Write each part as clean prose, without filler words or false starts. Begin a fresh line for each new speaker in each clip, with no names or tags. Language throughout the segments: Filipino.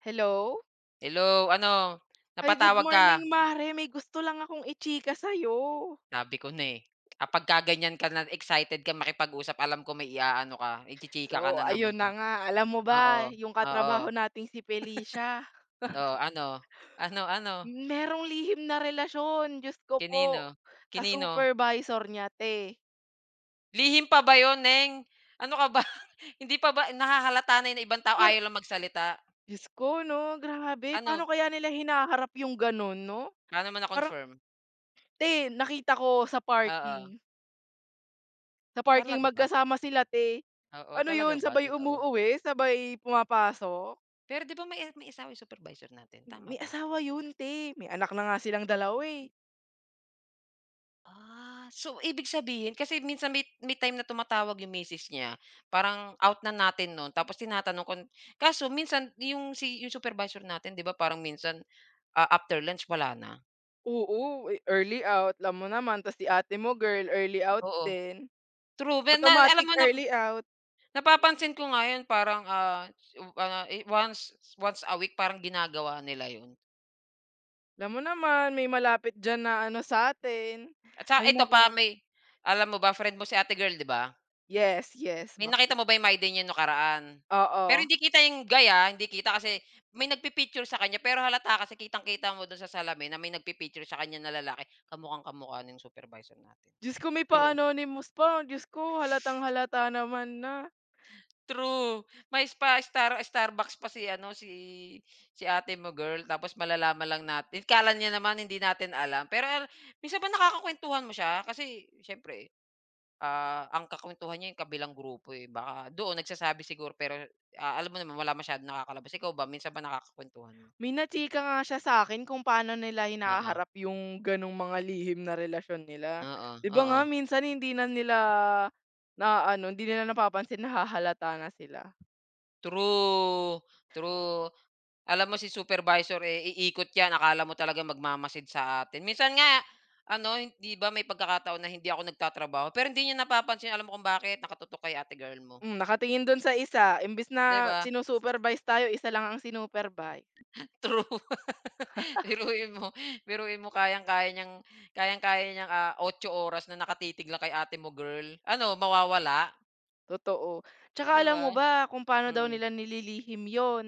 Hello?
"Hello,
Ay, good
napatawag ka."
morning mare, may gusto lang akong i-chika sa'yo.
Sabi ko na, eh. Pagka ganyan ka na excited ka makipag-usap alam ko may iaano ka, chichika ka
So,
na naman
ayun na
na.
nga, alam mo
Oo,
ba yung
oo.
katrabaho nating si Felicia,
"Oh, ano? Ano, ano?
merong lihim na relasyon, Diyos ko po,
Kinino?
sa
Kinino?
supervisor niya 'te.
Lihim pa ba yun, neng? Ano ka ba? Hindi pa ba nahahalata na yun na ibang tao
Par
ayaw lang magsalita?
Diyos ko 'no, grabe paano
Ano,
kaya nila hinaharap yung gano'n 'no?
paano mo
Parang
na-confirm?"
'te nakita ko sa parking,
Oo.
sa parking
"Talaga ba?
magkasama sila 'te.
Oo,
Ano
talaga
'yun,
ba?
sabay
Totoo?"
umuuwi, sabay pumapasok?
Pero 'di ba may asawa yung supervisor natin, tama
May
ba?
asawa yun 'te, may anak na nga silang dalawa, eh.
Ah, so ibig sabihin kasi minsan may time na tumatawag yung misis niya, parang out na natin nun tapos tinatanong ko kaso minsan yung si yung supervisor natin 'di ba parang minsan, after lunch wala na,
Oo, eh, early out, alam mo naman ta's si ate mo girl early out
oo.
din,
True ve na alam
automatic
mo na
early out.
napapansin ko ngayon parang, once once a week parang ginagawa nila yun.
Alam mo naman may malapit diyan na ano sa'tin,
At sa
ay
ito
naku.
pa may alam mo ba friend mo si ate girl 'di ba?
Yes, yes,
May nakita
bakit?
mo ba yung Maiday niya nakaraan? Pero
Oo.
hindi kita yung gaya, hindi kita kasi may nagpi-picture sa kanya pero halata kasi kitang-kita mo don sa salamin na may nagpi-picture sa kanya na lalaki, kamukhang-kamukha ng supervisor natin.
Diyos ko may
True,
pa-anonymous pa, Diyos ko halatang-halata naman na.
true. May spa Starbucks pa si ano, si si ate mo girl tapos malalaman lang natin. Akala niya naman hindi natin alam pero minsan ba nakakakwentuhan mo siya? Kasi siyempre ang kakuwentuhan niya yung kabilang grupo, eh, baka doon nagsasabi siguro pero, alam mo naman wala masyadong nakakalabas. Ikaw ba minsan ba nakakakuwentuhan mo?
May nachika nga siya sa akin kung paano nila
Oo,
hinaharap yung gano'ng mga lihim na relasyon nila.
oo,
'Di ba nga
oo.
minsan hindi na nila na ano hindi nila napapansin, nahahalata na sila.
True, true. Alam mo si supervisor, eh, iikot 'yan akala mo talagang magmamasid sa atin. Minsan nga ano, hindi ba may pagkakataon na hindi ako nagtatrabaho pero hindi niya napapansin. Alam mo kung bakit? Nakatutok kay ate girl mo,
Nakatingin don sa isa imbes na
'di ba?
sinu-supervise tayo, isa lang ang sinupervise,
True. Biruin mo biruin mo kayang-kaya niyang, 8 oras na nakatitig lang kay ate mo, girl. Ano mawawala,
totoo. Tsaka
'di
alam
ba?
mo ba kung paano daw
Mm.
nila nililihim yon,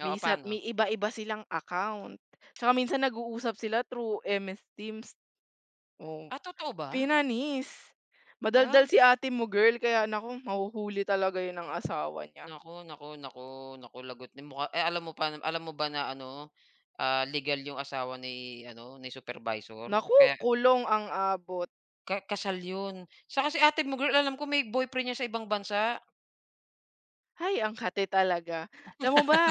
Oo,
may
paano?
iba-iba silang account. Tsaka minsan nag-uusap sila through MS Teams, oo.
Ah, totoo ba?
Pinanis.
Ah,
Madaldal si ate mo girl kaya naku mahuhuli talaga 'yun ng asawa niya.
naku, naku, naku, naku lagot ni mukha eh, alam mo pa alam mo ba na ano, legal yung asawa ni ano, ni supervisor?
Naku,
Kaya
kulong ang abot.
ka kasal yun. Siya kasi ate mo, girl, alam ko may boyfriend niya sa ibang bansa.
Hay, ang kate talaga. Alam mo ba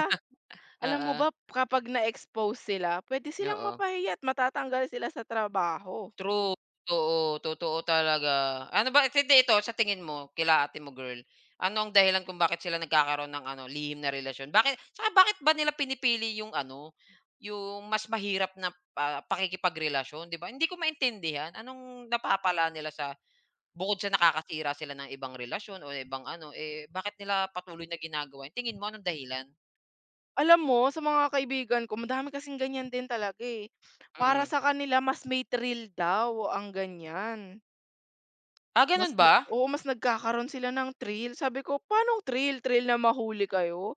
alam mo
Oo,
ba kapag na-expose sila pwede silang
oo.
mapahiya at matatanggal sila sa trabaho.
True, totoo, totoo talaga. Ano ba hindi ito sa tingin mo, kila ate mo girl, ano ang dahilan kung bakit sila nagkakaroon ng ano, lihim na relasyon? Bakit tsaka bakit ba nila pinipili yung ano, yung mas mahirap na, pakikipagrelasyon, 'di ba? Hindi ko maintindihan, anong napapala nila sa bukod sa nakakasira sila ng ibang relasyon o ibang ano, eh, bakit nila patuloy na ginagawa. Tingin mo anong dahilan?
Alam mo, sa mga kaibigan ko madami kasing ganiyan din talaga, eh. Para
Mm.
sa kanila mas may thrill daw ang ganyan.
Ah,
Mas
ganun ba?
oo, mas nagkakaroon sila ng thrill. Sabi ko, "Pa'nong thrill? Thrill na mahuli kayo?"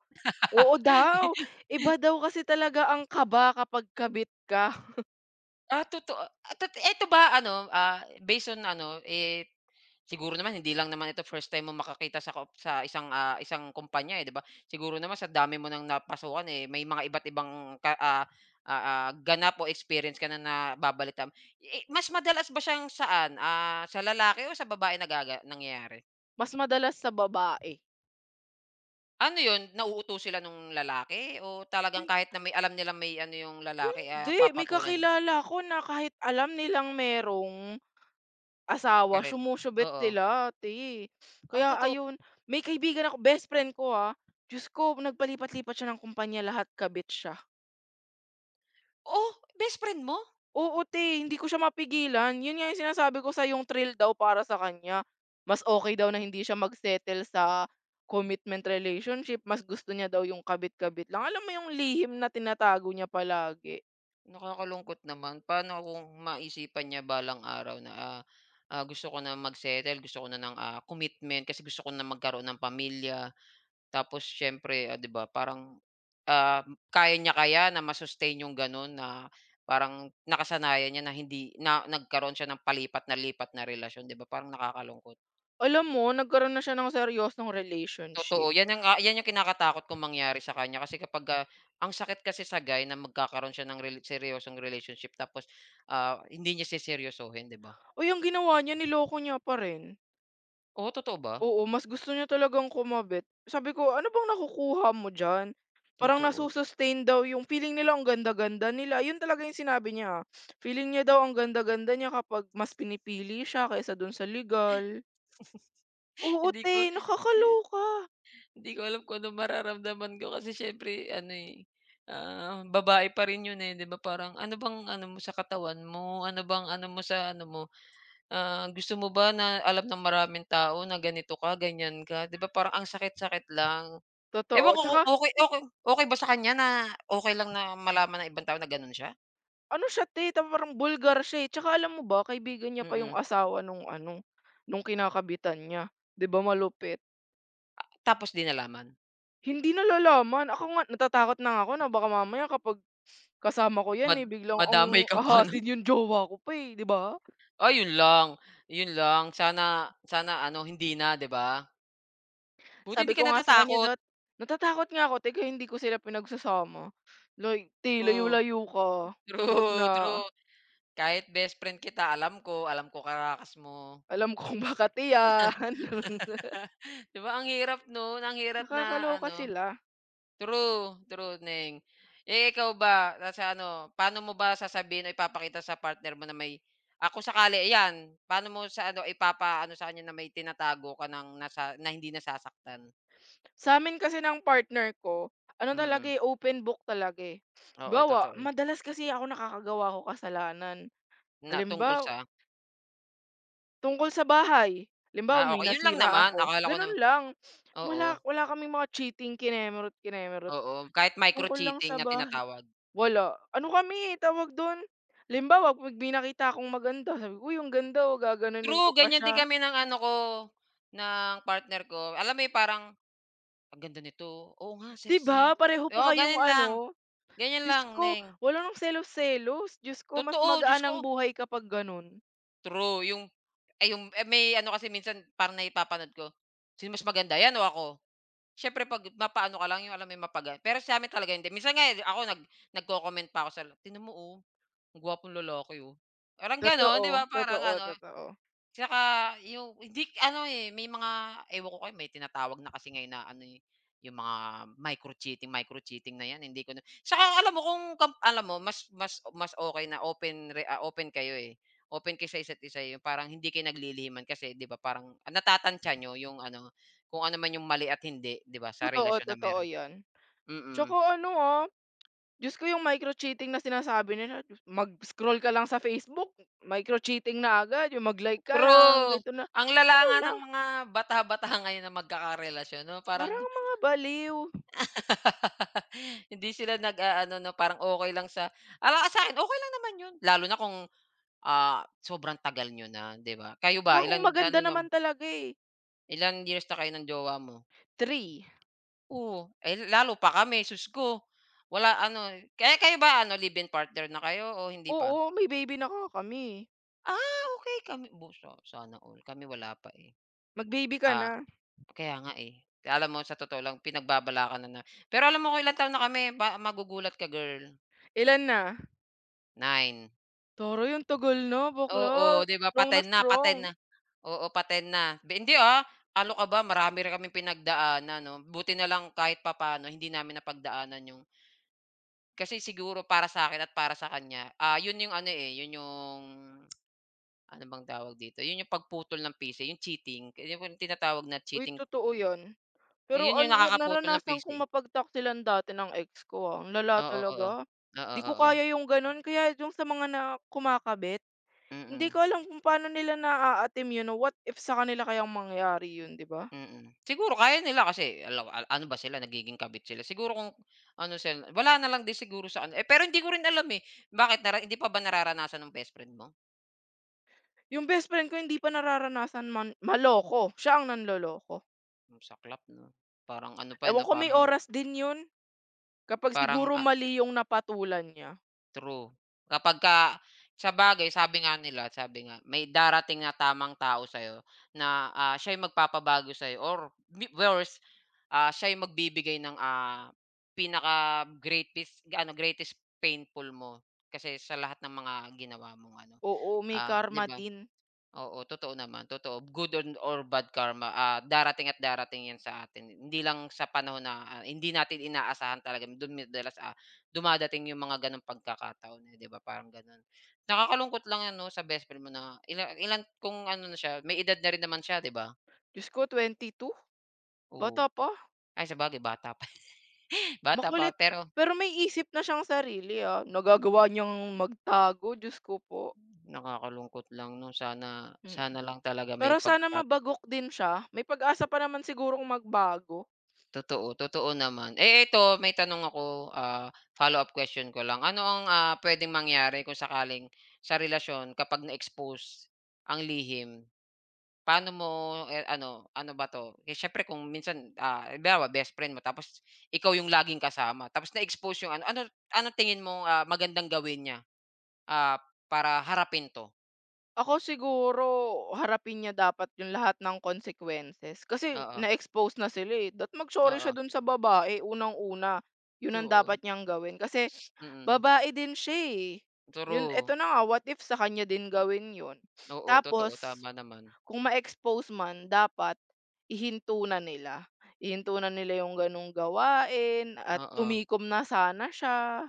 Oo daw, iba daw kasi talaga ang kaba kapag kabit ka,
Ah, totoo at eto ba ano, based on ano, eh, siguro naman hindi lang naman ito first time mo makakita sa kop sa isang, isang kumpanya, eh, 'di ba? Siguro naman sa dami mo ng napasukan, eh, may mga iba't ibang ka ah, ganap o experience ka na nababalitaan. Eh, mas madalas ba siyang saan, sa lalaki o sa babae nagaga nangyayari?
mas madalas sa babae.
Ano 'yun, nauuto sila nung lalaki o talagang
Hin
kahit na may alam nila may ano yung lalaki,
hindi, may
papatulan
kakilala ko na kahit alam nilang merong asawa
karel rin?
sumusyubit
Oo.
sila ate.
Ah,
Kaya
totoo?
ayun, may kaibigan ako, best friend ko, Diyos ko nagpalipat-lipat siya ng kumpanya, lahat kabit siya.
Oh, best friend mo?
Oo, te, hindi ko siya mapigilan. Yun nga yung sinasabi ko, sa yung thrill daw para sa kanya. Mas okay daw na hindi siya magsettle sa commitment relationship, mas gusto niya daw yung kabit-kabit lang. Alam mo yung lihim na tinatago niya palagi.
Nakakalungkot naman. Paano kung maisipan niya balang araw na, gusto ko na mag-settle, gusto ko na ng, commitment kasi gusto ko na magkaroon ng pamilya. Tapos siyempre, 'di ba parang, ah, kaya niya kaya na ma-sustain yung gano'n na parang nakasanayan niya na hindi na nagkaroon siya ng palipat na lipat na relasyon, 'di ba parang nakakalungkot.
Alam mo nagkaroon na siya ng seryosong
Totoo,
relationship.
'yan ang, 'yan yung kinakatakot kong mangyari sa kanya kasi kapagka ang sakit kasi sa guy na magkakaroon siya ng rela seryosong relationship tapos, hindi niya seseryosohin, 'di ba?
Uy, ang ginawa niya niloko niya pa rin.
Oo, totoo ba?
Oo, mas gusto niya talagang kumabit. Sabi ko, "Ano bang nakukuha mo diyan?" Parang
Totoo.
nasusustain daw yung feeling nila, ang ganda-ganda nila, yun talaga yung sinabi niya, ah. Feeling niya daw ang ganda-ganda niya kapag mas pinipili siya kaysa dun sa legal. Oo,
Hindi
te,
ko
nakakaloka.
hindi ko alam kung ano mararamdaman ko kasi siyempre ano, eh, babae pa rin yun, eh, 'di ba? Parang ano bang ano mo sa katawan mo? Ano bang ano mo sa ano mo? Ah, gusto mo ba na alam ng maraming tao na ganito ka, ganyan ka? 'Di ba parang ang sakit-sakit lang. Ewan
Totoo,
ko
tsaka
kung okey okey okey ba sa kanya na okey lang na malaman ng ibang tao na gano'n siya?
ano siya, te, ta parang bulgar siya, eh, tsaka alam mo ba kaibigan niya pa yung
Mm,
asawa nung ano, nung kinakabitan niya. 'Di ba malupit?
tapos 'di nalaman?
Hindi nalalaman, ako nga natatakot na nga ako na baka mamaya kapag kasama ko 'yan,
Mad
eh, biglang ang
Madamay ka pa nun?
ahasin yung jowa ko pa, eh, 'di ba?
Ay yun lang sana sana ano hindi na 'di ba? Buti
Sabi
hindi
ko
ka
nga sa kanya
natatakot,
natatakot nga ako, "Teka hindi ko sila pinagsasama." Like, "Te
true,
layo-layo ka, 'wag
true,
na,
true. Kahit best friend kita alam ko karakas mo.
alam kong baka tiyan."
'Di ba ang hirap nun, ang hirap na
Nakakaloka
ano.
sila.
True, true, Neng. Eh, ikaw ba sa ano, paano mo ba sasabihin o ipapakita sa partner mo na may Ako kung sakali ayan, paano mo sa ano ipapa, ano sa kanya na may tinatago ka ng nasa na hindi nasasaktan?
Sa'min kasi ng partner ko, ano talaga,
Mm,
eh, open book talaga, eh.
oo,
Halimbawa,
totoo.
madalas kasi ako, nakakagawa ako kasalanan.
Na tungkol
Halimbawa
sa
Tungkol sa bahay, halimbawa may
okay, yun lang
nasira
naman.
ako,
Akala ko
gano'n
naman
lang. Wala
oo,
wala kaming mga cheating kinemerot-kinemerot,
oo, kahit
tungkol lang
micro-cheating
sa
na
bahay,
tinatawag.
wala. Ano kami, eh, tawag do'n, halimbawa 'pag may nakita akong maganda sabi ko, "Uy, ang ganda, oh," gaganunin
True,
ko pa
ganyan din
siya.
kami ng ano ko, ng partner ko. Alam mo yung parang, "Ang ganda nito, oo nga
'Di ba
sexy."
pareho pa
Oo,
kayong
ganun lang,
ano,
ganyan
Diyos
lang,
ko
Neng.
wala ng selos-selos, Diyos ko mas
Totoo, Diyos
magaan
ko,
ang buhay kapag gano'n.
true yung ay yung eh, may ano kasi minsan parang naipapanood ko, "Sino mas maganda yan o ako?" Siyempre 'pag mapaano ka lang yung alam mo yung mapaga pero sa'min talaga hindi. Minsan nga, eh, ako nagko-comment pa ako sa "Tignan mo, oh, ang gwapong lalaki, oh." Parang gano'n,
Totoo,
'di ba, parang
totoo,
ano.
totoo.
Tsaka yung hindi ano, eh, may mga ewan ko kaya may tinatawag na kasi ngayon na ano, eh, yung mga micro-cheating, micro-cheating na 'yan, hindi ko na tsaka alam mo kung kam alam mo mas mas mas okay na open re open kayo, eh, open kayo sa isa't isa, yung parang hindi kayo naglilihiman kasi 'di ba parang natatantya niyo yung ano, kung ano man yung mali at hindi 'di ba sa
Totoo,
relasyon na
totoo
meron.
'yan.
Mm,
Tsaka ano, Diyos ko yung micro-cheating na sinasabi nila, Diyos mag-scroll ka lang sa Facebook, micro-cheating na agad, yung mag-like ka lang,
true.
ganito na.
Ang lala
Ano
nga
na,
ng mga bata-bata ngayon na magkakarelasyon 'no, parang
parang mga baliw.
Hindi sila nag-aano 'no, parang okey lang sa ala sa'kin okey lang naman 'yun, lalo na kung, sobrang tagal niyo na, 'di ba? Kayo ba
Ako
ilan
maganda
ano nam
naman talaga, eh,
ilang years na kayo ng jowa mo?
three.
Oo, eh, lalo pa kami, Diyos ko. Wala ano, kaya kayo ba ano live-in partner na kayo o hindi pa?
Oo, may baby na ka kami.
Ah, okey kami bu sa sana all, kami wala pa, eh.
Mag-baby ka
Ah,
na.
kaya nga, eh. Kaya alam mo sa totoo lang pinagbabalakaran na na pero alam mo kung ilang taon na kami ba magugulat ka girl,
Ilan na?
9.
Toro yung tagal na bakla,
Oo, 'di ba
strong na
paten na,
strong.
paten na. Oo, paten na. Be hindi, ano ka ba marami rin kaming pinagdaanan 'no. Buti na lang kahit papaano hindi namin napagdaanan yung kasi siguro para sa akin at para sa kanya, yun yung ano, eh, yun yung ano bang tawag dito, yun yung pagputol ng PC, yung cheating. Yun yung tinatawag na
Uy,
cheating,
totoo
hmm.
'yan. Pero
Yun yung nakakaputol ng
naranasan
PC.
kong mapagtaksilan dati ng ex ko, ang lala
Oo, oo.
talaga.
Oo,
Di
oo.
ko
Oo, oo.
kaya yung gano'n, kaya yung sa mga na kumakabit.
Mm,
Hindi
mm.
ko alam kung paano nila naaatim yun, o what if sa kanila kayang mangyari yun, 'di ba?
Mm. Siguro kaya nila kasi alam a ano ba sila nagiging kabit sila. Siguro kung ano sila wala na lang din siguro sa ano eh, pero hindi ko rin alam, eh. Bakit nara hindi pa ba nararanasan ng best friend mo?
Yung best friend ko hindi pa nararanasan man maloko, siya ang nanloloko.
Yung sa club 'no? Parang ano pa, eh, 'no,
Ewan ko, may
parang
oras din yun kapag
parang,
siguro mali yung napatulan niya.
True. Kapag ka sa bagay, sabi nga nila, sabi nga, may darating na tamang tao sa'yo na, siya'y magpapabago sa'yo or mi worse, siya'y magbibigay ng, pinaka greatest ano, greatest painful mo kasi sa lahat ng mga ginawa mong ano,
Oo, may
'di
karma
ba?
din.
Oo, totoo naman, totoo. Good on or bad karma, darating at darating 'yan sa atin. Hindi lang sa panahon na, hindi natin inaasahan talaga do'n madalas, dumadating yung mga gano'ng pagkakataon, eh, 'di ba, parang gano'n. Nakakalungkot lang 'yan 'no, sa best friend mo na ila ilan kung ano na siya, may edad na rin naman siya, 'di ba?
Diyos ko 22,
Oo.
bata pa,
Ay, sa bagay bata pa, bata pa,
makulit.
pero
Pero may isip na siyang sarili, nagagawa niyang magtago, Diyos ko po.
nakakalungkot lang 'no. Sana
Mm.
sana lang talaga may
Pero sana
pagkaka.
mabagok din siya, may pag-asa pa naman sigurong magbago.
Totoo, totoo naman. Eh, ito may tanong ako, follow-up question ko lang. Ano ang, puwedeng mangyari kung sakaling sa relasyon kapag na-expose ang lihim? Paano mo, eh, ano ano ba 'to, eh, siyempre kung minsan, halimbawa best friend mo tapos ikaw yung laging kasama tapos na-expose yung ano, ano ano tingin mo magandang gawin niya, ah, para harapin 'to?
Ako siguro, harapin niya dapat yung lahat ng consequences. Kasi
Oo,
na-expose na sila, eh, dapat mag-sorry siya
oo.
dun sa babae unang-una. Yun ang
Oo,
dapat niyang gawin kasi
mm.
babae din siya, eh. Yun
True.
eto na nga, what if sa kanya din gawin yun?
Oo, totoo,
Tapos
tama naman.
kung ma-expose man dapat ihinto na nila. Ihinto na nila yung gano'ng gawain at
Oo,
tumikom na sana siya,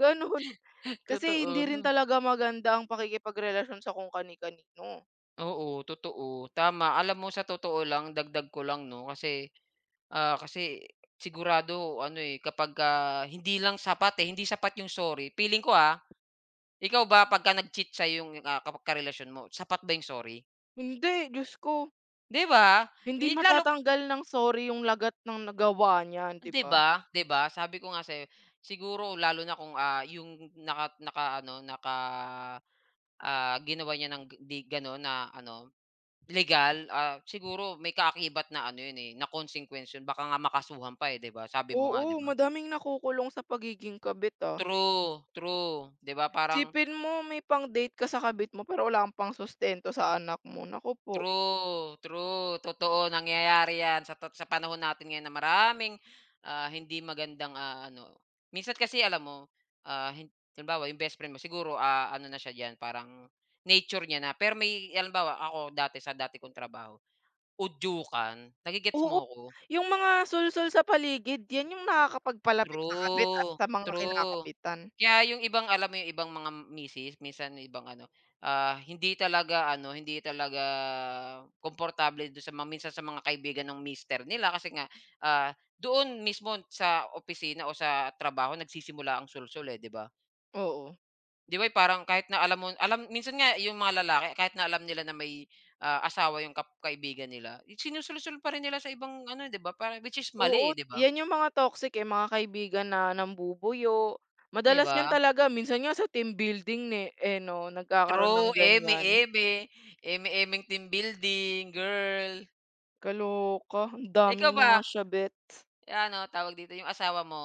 gano'n. Kasi hindi rin
totoo.
talaga maganda ang pakikipagrelasyon sa kung kani-kanino.
Oo, totoo. Tama. Alam mo sa totoo lang, dagdag ko lang 'no, kasi, kasi sigurado ano, eh, kapagka hindi lang sapat, eh, hindi sapat yung sorry. Feeling ko, ikaw ba pagka nag-cheat sa yung, kapag karelasyon mo, sapat ba yung sorry?
Hindi, Diyos ko.
'Di ba?
Hindi
Ni lalo
matatanggal ng sorry yung lagat ng nagawa niyan, 'di
'di
ba?
ba, 'di ba? Sabi ko nga sa, siguro lalo na kung, yung naka naka ano, naka Ah, ginawa niya ng g- di gano'n na ano, legal, siguro may kaakibat na ano 'yun, eh, na consequence 'yun baka nga makasuhan pa, eh, 'di ba? Sabi mo nga,
Oo,
'di ba?
madaming nakukulong sa pagiging kabit, ah.
True, true, 'di ba parang
Isipin mo may pang-date ka sa kabit mo pero wala kang pangsustento sa anak mo, naku po.
true, true, totoo nangyayari 'yan sa tot sa panahon natin ngayon na maraming, hindi magandang, ano minsan kasi alam mo, ah, hin halimbawa yung bestfriend mo siguro, ano na siya diyan parang nature niya na pero may halimbawa ako dati sa dati kong trabaho, udyukan, nage-gets
Oo,
mo ako?
yung mga sulsol sa paligid 'yan yung nakakapagpalapit sa kabit at
True,
sa mga
true.
kinakabitan.
Kaya yung ibang alam mo yung ibang mga misis minsan yung ibang ano, hindi talaga ano, hindi talaga komportable dun sa mga minsan sa mga kaibigan ng mister nila kasi nga, doon mismo sa opisina o sa trabaho nagsisimula ang sulsul, eh, 'di ba?
Oo.
'Di ba eh, parang kahit na alam mo alam minsan nga yung mga lalaki kahit na alam nila na may, asawa yung kap kaibigan nila, sinusulsul pa rin nila sa ibang ano, 'di ba? Para which is
Oo,
mali, eh, 'di ba?
'yan yung mga toxic, eh, mga kaibigan na nambubuyo.
'Di
Madalas 'yan
ba?
talaga minsan nga sa team building, eh, 'no, nagkakaroon
True,
ng ganiyan.
eme-eme, eme-emeng team building, girl.
Kaloka, ang daming
Ikaw ba,
mga siyabet.
ano, tawag dito, yung asawa mo,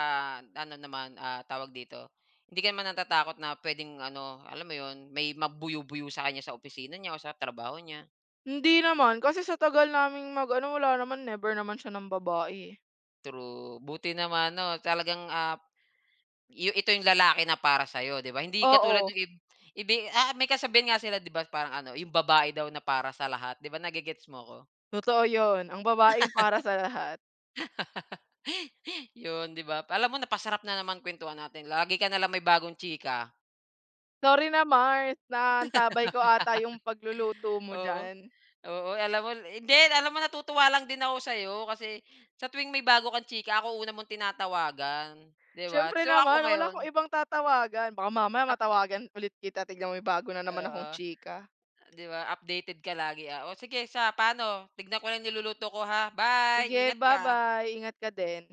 ano naman, tawag dito, hindi ka naman natatakot na puwedeng ano, alam mo yun, may magbuyo-buyo sa kanya sa opisina niya o sa trabaho niya?
Hindi naman, kasi sa tagal naming mag-ano wala naman, never naman siya ng babae, eh.
True, buti naman 'no, talagang, yu ito yung lalaki na para sa'yo, 'di ba? Hindi katulad
Oo,
yung ib ibi may kasabihan nga sila 'di ba, parang ano, yung babae daw na para sa lahat, 'di ba, nage mo ko?
totoo yun, ang babaeng para sa lahat.
Yun, 'di ba? Alam mo napasarap na naman kwentuhan natin. Lagi ka na lang may bagong chika.
Sorry na Mars, naantabay ko ata yung pagluluto mo
Oo,
diyan.
oo, alam mo hindi, alam mo natutuwa lang din ako sa'yo kasi sa tuwing may bago kang chika ako una mong tinatawagan, 'di ba?
Siyempre
So,
naman
ako
wala
ngayon
akong ibang tatawagan, baka mamaya
up
matawagan ulit kita tignan mo may bago na naman akong
oo,
chika.
'di ba, updated ka lagi, ah. O sige sa paano tignan ko lang niluluto ko, ha. Bye,
Sige,
ingat ka.
ba-bye, ingat ka din.